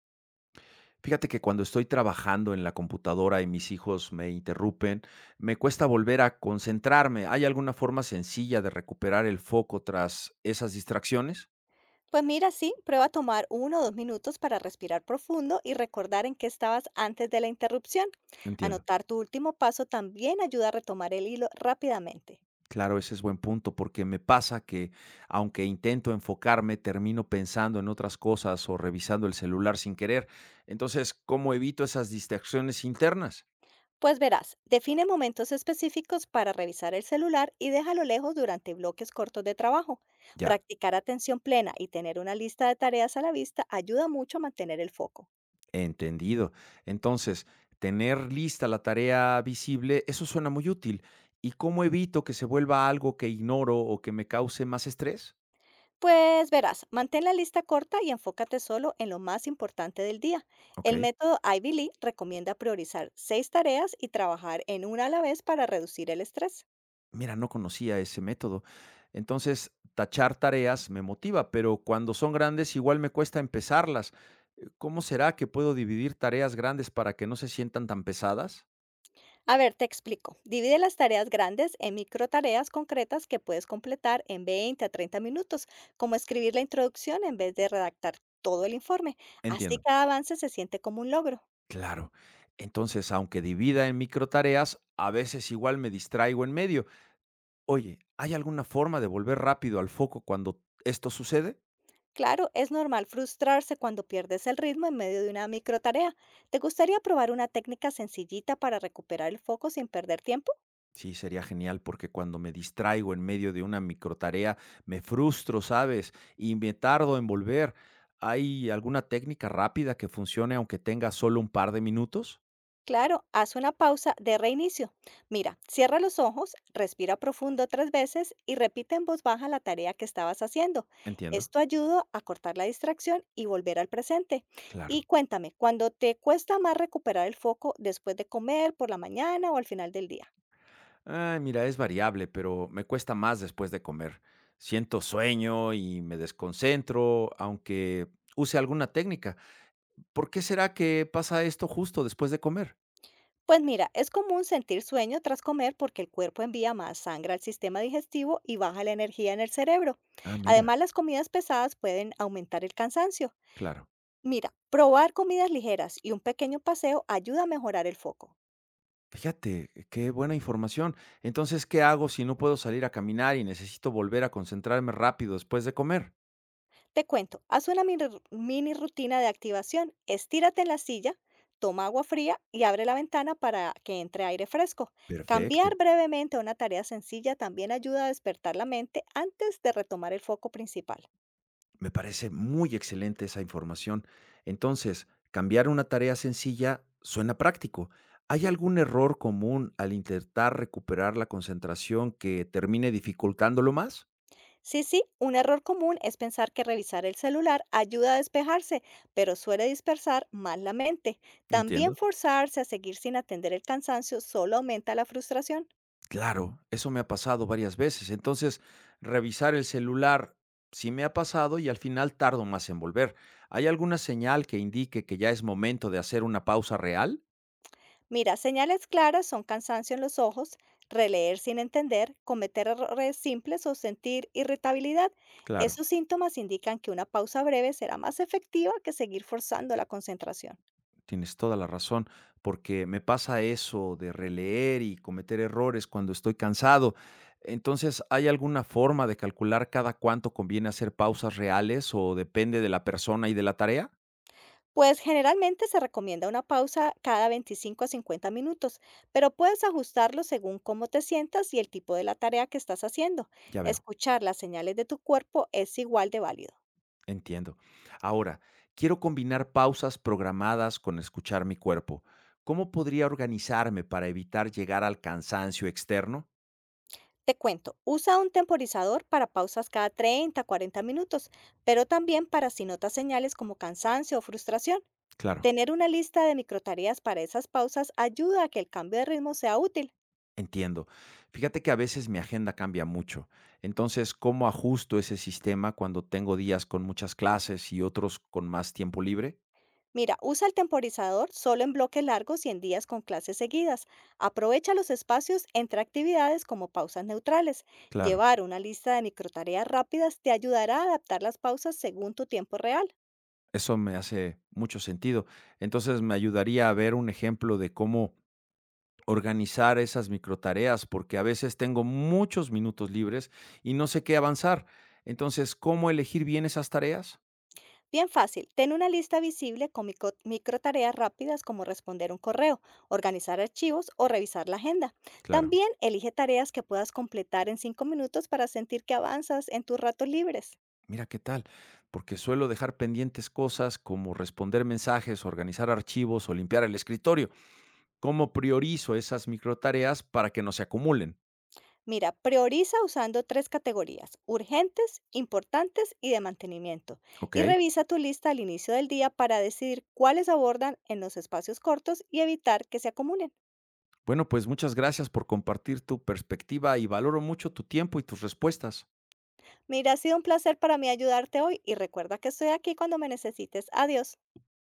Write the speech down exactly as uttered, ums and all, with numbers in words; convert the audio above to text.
Fíjate que cuando estoy trabajando en la computadora y mis hijos me interrumpen, me cuesta volver a concentrarme. ¿Hay alguna forma sencilla de recuperar el foco tras esas distracciones? Pues mira, sí, prueba a tomar uno o dos minutos para respirar profundo y recordar en qué estabas antes de la interrupción. Entiendo. Anotar tu último paso también ayuda a retomar el hilo rápidamente. Claro, ese es buen punto, porque me pasa que aunque intento enfocarme, termino pensando en otras cosas o revisando el celular sin querer. Entonces, ¿cómo evito esas distracciones internas? Pues verás, define momentos específicos para revisar el celular y déjalo lejos durante bloques cortos de trabajo. Ya. Practicar atención plena y tener una lista de tareas a la vista ayuda mucho a mantener el foco. Entendido. Entonces, tener lista la tarea visible, eso suena muy útil. ¿Y cómo evito que se vuelva algo que ignoro o que me cause más estrés? Pues verás, mantén la lista corta y enfócate solo en lo más importante del día. Ok. El método Ivy Lee recomienda priorizar seis tareas y trabajar en una a la vez para reducir el estrés. Mira, no conocía ese método. Entonces, tachar tareas me motiva, pero cuando son grandes igual me cuesta empezarlas. Eh, ¿Cómo será que puedo dividir tareas grandes para que no se sientan tan pesadas? A ver, te explico. Divide las tareas grandes en micro tareas concretas que puedes completar en veinte a treinta minutos, como escribir la introducción en vez de redactar todo el informe. Así Entiendo. cada avance se siente como un logro. Claro. Entonces, aunque divida en microtareas, a veces igual me distraigo en medio. Oye, ¿hay alguna forma de volver rápido al foco cuando esto sucede? Claro, es normal frustrarse cuando pierdes el ritmo en medio de una microtarea. ¿Te gustaría probar una técnica sencillita para recuperar el foco sin perder tiempo? Sí, sería genial porque cuando me distraigo en medio de una microtarea, me frustro, ¿sabes? Y me tardo en volver. ¿Hay alguna técnica rápida que funcione aunque tenga solo un par de minutos? Claro, haz una pausa de reinicio. Mira, cierra los ojos, respira profundo tres veces y repite en voz baja la tarea que estabas haciendo. Entiendo. Esto ayuda a cortar la distracción y volver al presente. Y Claro. cuéntame, ¿cuándo te cuesta más recuperar el foco después de comer, por la mañana o al final del día? Ay, mira, es variable, pero me cuesta más después de comer. Siento sueño y me desconcentro, aunque use alguna técnica. ¿Por qué será que pasa esto justo después de comer? Pues mira, es común sentir sueño tras comer porque el cuerpo envía más sangre al sistema digestivo y baja la energía en el cerebro. Ah, mira, Además, las comidas pesadas pueden aumentar el cansancio. claro. Mira, probar comidas ligeras y un pequeño paseo ayuda a mejorar el foco. Fíjate, eh, qué buena información. Entonces, ¿qué hago si no puedo salir a caminar y necesito volver a concentrarme rápido después de comer? Te cuento, haz una mini, ru- mini rutina de activación, estírate en la silla, toma agua fría y abre la ventana para que entre aire fresco. Cambiar Perfecto. brevemente a una tarea sencilla también ayuda a despertar la mente antes de retomar el foco principal. Me parece muy excelente esa información. Entonces, cambiar una tarea sencilla suena práctico. ¿Hay algún error común al intentar recuperar la concentración que termine dificultándolo más? Sí, sí, un error común es pensar que revisar el celular ayuda a despejarse, pero suele dispersar más la mente. También Entiendo. forzarse a seguir sin atender el cansancio solo aumenta la frustración. Claro, eso me ha pasado varias veces. Entonces, revisar el celular sí me ha pasado y al final tardo más en volver. ¿Hay alguna señal que indique que ya es momento de hacer una pausa real? Mira, señales claras son cansancio en los ojos, releer sin entender, cometer errores simples o sentir irritabilidad. Claro, Esos síntomas indican que una pausa breve será más efectiva que seguir forzando la concentración. tienes toda la razón, porque me pasa eso de releer y cometer errores cuando estoy cansado. Entonces, ¿hay alguna forma de calcular cada cuánto conviene hacer pausas reales o depende de la persona y de la tarea? Pues generalmente se recomienda una pausa cada veinticinco a cincuenta minutos, pero puedes ajustarlo según cómo te sientas y el tipo de la tarea que estás haciendo. Ya veo. Escuchar las señales de tu cuerpo es igual de válido. Entiendo. Ahora, quiero combinar pausas programadas con escuchar mi cuerpo. ¿Cómo podría organizarme para evitar llegar al cansancio externo? Te cuento, usa un temporizador para pausas cada treinta a cuarenta minutos, pero también para si notas señales como cansancio o frustración. Claro, Tener una lista de microtareas para esas pausas ayuda a que el cambio de ritmo sea útil. entiendo. Fíjate que a veces mi agenda cambia mucho. Entonces, ¿cómo ajusto ese sistema cuando tengo días con muchas clases y otros con más tiempo libre? Mira, usa el temporizador solo en bloques largos y en días con clases seguidas. Aprovecha los espacios entre actividades como pausas neutrales. Claro, Llevar una lista de microtareas rápidas te ayudará a adaptar las pausas según tu tiempo real. eso me hace mucho sentido. Entonces, me ayudaría a ver un ejemplo de cómo organizar esas microtareas, porque a veces tengo muchos minutos libres y no sé qué avanzar. Entonces, ¿cómo elegir bien esas tareas? Bien fácil, ten una lista visible con micro, microtareas rápidas como responder un correo, organizar archivos o revisar la agenda. Claro, También elige tareas que puedas completar en cinco minutos para sentir que avanzas en tus ratos libres. mira qué tal, porque suelo dejar pendientes cosas como responder mensajes, organizar archivos o limpiar el escritorio. ¿Cómo priorizo esas microtareas para que no se acumulen? Mira, prioriza usando tres categorías, urgentes, importantes y de mantenimiento. Ok. Y revisa tu lista al inicio del día para decidir cuáles abordan en los espacios cortos y evitar que se acumulen. Bueno, pues muchas gracias por compartir tu perspectiva y valoro mucho tu tiempo y tus respuestas. Mira, ha sido un placer para mí ayudarte hoy y recuerda que estoy aquí cuando me necesites. Adiós.